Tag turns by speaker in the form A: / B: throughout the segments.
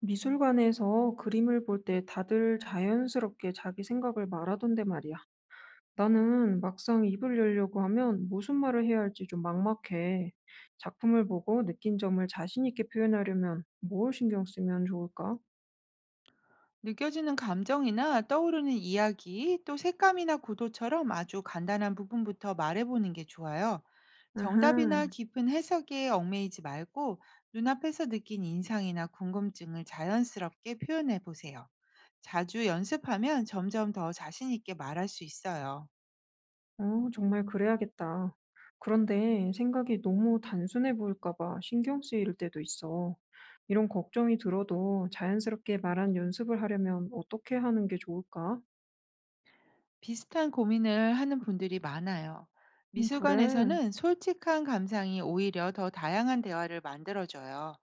A: 미술관에서 그림을 볼 때 다들 자연스럽게 자기 생각을 말하던데 말이야. 나는 막상 입을 열려고 하면 무슨 말을 해야 할지 좀 막막해. 작품을 보고 느낀 점을 자신 있게 표현하려면 뭘 신경 쓰면 좋을까?
B: 느껴지는 감정이나 떠오르는 이야기, 또 색감이나 구도처럼 아주 간단한 부분부터 말해보는 게 좋아요.
A: 아하,
B: 정답이나 깊은 해석에 얽매이지 말고 눈앞에서 느낀 인상이나 궁금증을 자연스럽게 표현해 보세요. 자주 연습하면 점점 더 자신 있게 말할 수 있어요.
A: 정말 그래야겠다. 그런데 생각이 너무 단순해 보일까 봐 신경 쓰일 때도 있어. 이런 걱정이 들어도 자연스럽게 말한 연습을 하려면 어떻게 하는 게 좋을까?
B: 비슷한 고민을 하는 분들이 많아요.
A: 그래.
B: 미술관에서는 솔직한 감상이 오히려 더 다양한 대화를 만들어줘요.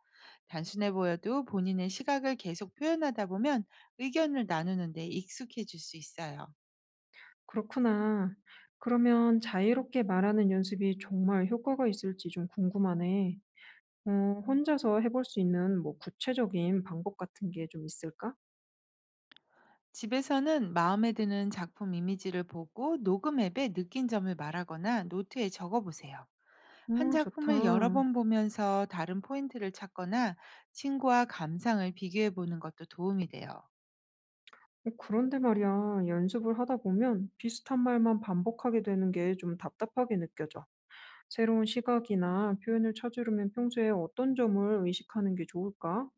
B: 단순해 보여도 본인의 시각을 계속 표현하다 보면 의견을 나누는데 익숙해질 수 있어요.
A: 그렇구나. 그러면 자유롭게 말하는 연습이 정말 효과가 있을지 좀 궁금하네. 어, 혼자서 해볼 수 있는 뭐 구체적인 방법 같은 게 좀 있을까?
B: 집에서는 마음에 드는 작품 이미지를 보고 녹음 앱에 느낀 점을 말하거나 노트에 적어 보세요. 한
A: 어, 좋다.
B: 작품을 여러 번 보면서 다른 포인트를 찾거나 친구와 감상을 비교해 보는 것도 도움이 돼요.
A: 그런데 말이야, 연습을 하다 보면 비슷한 말만 반복하게 되는 게 좀 답답하게 느껴져. 새로운 시각이나 표현을 찾으려면 평소에 어떤 점을 의식하는 게 좋을까?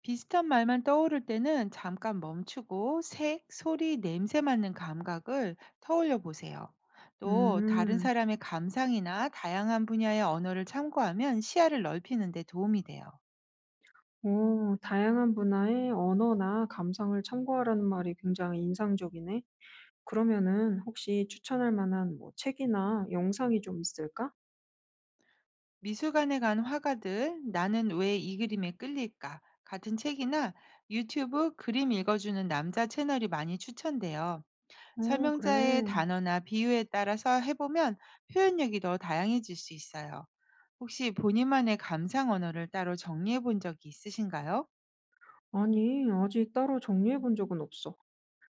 B: 비슷한 말만 떠오를 때는 잠깐 멈추고 색, 소리, 냄새 맡는 감각을 떠올려 보세요. 또 다른
A: 음,
B: 사람의 감상이나 다양한 분야의 언어를 참고하면 시야를 넓히는 데 도움이 돼요.
A: 오, 다양한 문화의 언어나 감상을 참고하라는 말이 굉장히 인상적이네. 그러면은 혹시 추천할 만한 뭐 책이나 영상이 좀 있을까?
B: 미술관에 간 화가들, 나는 왜 이 그림에 끌릴까? 같은 책이나 유튜브 그림 읽어주는 남자 채널이 많이 추천돼요.
A: 어, 그래.
B: 설명자의 단어나 비유에 따라서 해보면 표현력이 더 다양해질 수 있어요. 혹시 본인만의 감상 언어를 따로 정리해 본 적이 있으신가요?
A: 아니, 아직 따로 정리해 본 적은 없어.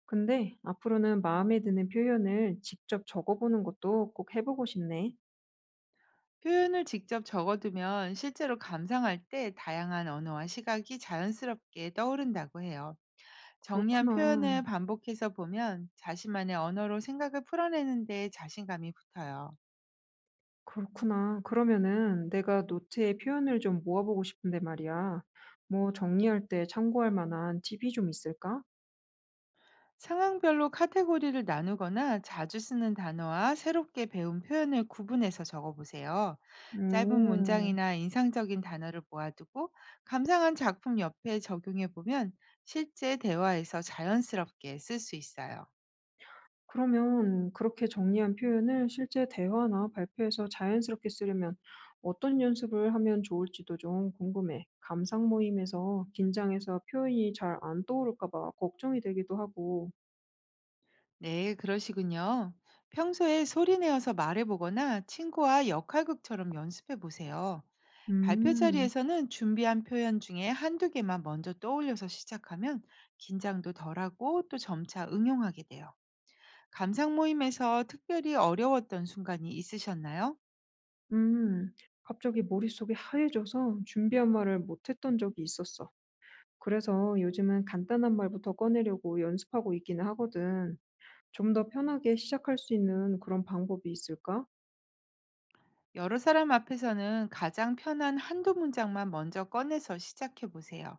A: 근데 앞으로는 마음에 드는 표현을 직접 적어보는 것도 꼭 해보고 싶네.
B: 표현을 직접 적어두면 실제로 감상할 때 다양한 언어와 시각이 자연스럽게 떠오른다고 해요. 정리한
A: 그렇구나.
B: 표현을 반복해서 보면 자신만의 언어로 생각을 풀어내는 데 자신감이 붙어요.
A: 그렇구나. 그러면은 내가 노트에 표현을 좀 모아보고 싶은데 말이야. 뭐 정리할 때 참고할 만한 팁이 좀 있을까?
B: 상황별로 카테고리를 나누거나 자주 쓰는 단어와 새롭게 배운 표현을 구분해서 적어보세요. 짧은
A: 오.
B: 문장이나 인상적인 단어를 모아두고 감상한 작품 옆에 적용해보면 실제 대화에서 자연스럽게 쓸 수 있어요.
A: 그러면 그렇게 정리한 표현을 실제 대화나 발표에서 자연스럽게 쓰려면 어떤 연습을 하면 좋을지도 좀 궁금해. 감상 모임에서 긴장해서 표현이 잘 안 떠오를까 봐 걱정이 되기도 하고.
B: 네, 그러시군요. 평소에 소리 내어서 말해보거나 친구와 역할극처럼 연습해보세요. 발표
A: 음,
B: 자리에서는 준비한 표현 중에 한두 개만 먼저 떠올려서 시작하면 긴장도 덜하고 또 점차 응용하게 돼요. 감상 모임에서 특별히 어려웠던 순간이 있으셨나요?
A: 음. 갑자기 머릿속이 하얘져서 준비한 말을 못했던 적이 있었어. 그래서 요즘은 간단한 말부터 꺼내려고 연습하고 있기는 하거든. 좀 더 편하게 시작할 수 있는 그런 방법이 있을까?
B: 여러 사람 앞에서는 가장 편한 한두 문장만 먼저 꺼내서 시작해 보세요.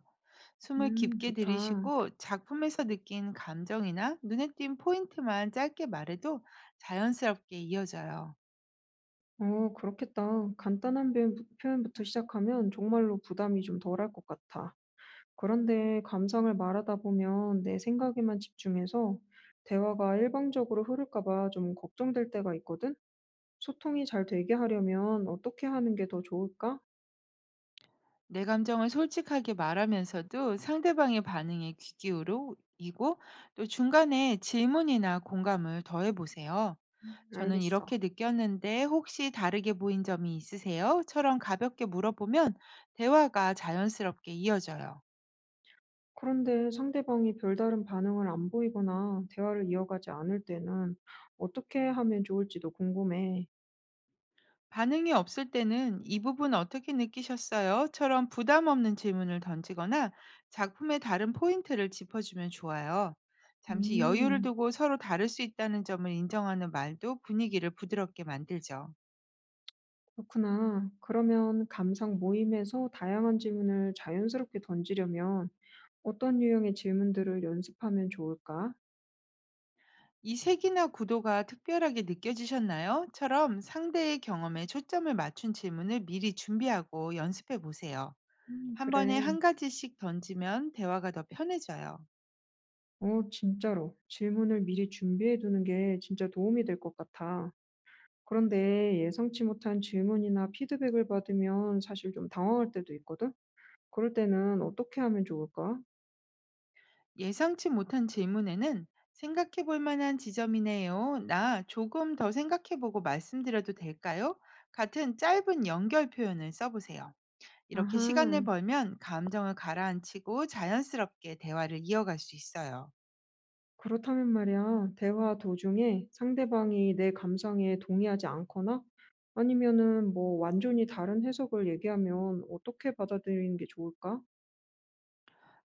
B: 숨을 깊게
A: 좋다.
B: 들이쉬고 작품에서 느낀 감정이나 눈에 띈 포인트만 짧게 말해도 자연스럽게 이어져요.
A: 어 그렇겠다. 간단한 표현부터 시작하면 정말로 부담이 좀 덜할 것 같아. 그런데 감상을 말하다 보면 내 생각에만 집중해서 대화가 일방적으로 흐를까 봐 좀 걱정될 때가 있거든? 소통이 잘 되게 하려면 어떻게 하는 게 더 좋을까?
B: 내 감정을 솔직하게 말하면서도 상대방의 반응에 귀 기울이고 또 중간에 질문이나 공감을 더해 보세요. 저는
A: 알겠어.
B: 이렇게 느꼈는데 혹시 다르게 보인 점이 있으세요? 처럼 가볍게 물어보면 대화가 자연스럽게 이어져요.
A: 그런데 상대방이 별다른 반응을 안 보이거나 대화를 이어가지 않을 때는 어떻게 하면 좋을지도 궁금해.
B: 반응이 없을 때는 "이 부분 어떻게 느끼셨어요?"처럼 부담 없는 질문을 던지거나 작품의 다른 포인트를 짚어주면 좋아요. 잠시 여유를
A: 음.
B: 두고 서로 다를 수 있다는 점을 인정하는 말도 분위기를 부드럽게 만들죠.
A: 그렇구나. 그러면 감상 모임에서 다양한 질문을 자연스럽게 던지려면 어떤 유형의 질문들을 연습하면 좋을까?
B: "이 색이나 구도가 특별하게 느껴지셨나요?"처럼 상대의 경험에 초점을 맞춘 질문을 미리 준비하고 연습해 보세요. 한 번에
A: 그래.
B: 한 가지씩 던지면 대화가 더 편해져요.
A: 어, 진짜로. 질문을 미리 준비해 두는 게 진짜 도움이 될 것 같아. 그런데 예상치 못한 질문이나 피드백을 받으면 사실 좀 당황할 때도 있거든? 그럴 때는 어떻게 하면 좋을까?
B: 예상치 못한 질문에는 생각해 볼 만한 지점이네요. 나 조금 더 생각해 보고 말씀드려도 될까요? 같은 짧은 연결 표현을 써보세요. 이렇게 시간을
A: 아하.
B: 벌면 감정을 가라앉히고 자연스럽게 대화를 이어갈 수 있어요.
A: 그렇다면 말이야, 대화 도중에 상대방이 내 감상에 동의하지 않거나 아니면은 뭐 완전히 다른 해석을 얘기하면 어떻게 받아들이는 게 좋을까?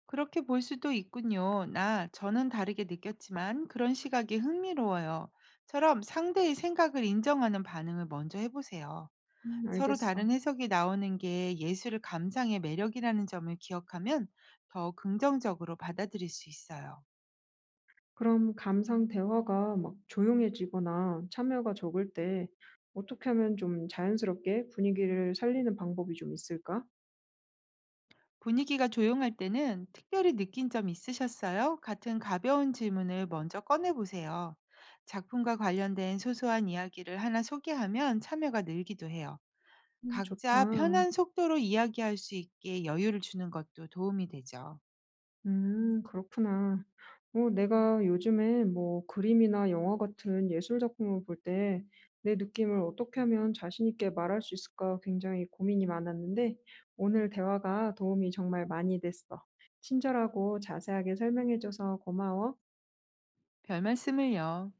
B: 그렇게 볼 수도 있군요. 나 저는 다르게 느꼈지만 그런 시각이 흥미로워요. 처럼 상대의 생각을 인정하는 반응을 먼저 해보세요. 서로
A: 알겠어.
B: 다른 해석이 나오는 게 예술을 감상의 매력이라는 점을 기억하면 더 긍정적으로 받아들일 수 있어요.
A: 그럼 감상 대화가 막 조용해지거나 참여가 적을 때 어떻게 하면 좀 자연스럽게 분위기를 살리는 방법이 좀 있을까?
B: 분위기가 조용할 때는 특별히 느낀 점 있으셨어요? 같은 가벼운 질문을 먼저 꺼내보세요. 작품과 관련된 소소한 이야기를 하나 소개하면 참여가 늘기도 해요. 각자
A: 좋다.
B: 편한 속도로 이야기할 수 있게 여유를 주는 것도 도움이 되죠.
A: 음, 그렇구나. 어 내가 요즘에 뭐 그림이나 영화 같은 예술 작품을 볼 때 내 느낌을 어떻게 하면 자신 있게 말할 수 있을까 굉장히 고민이 많았는데 오늘 대화가 도움이 정말 많이 됐어. 친절하고 자세하게 설명해 줘서 고마워.
B: 별 말씀을요.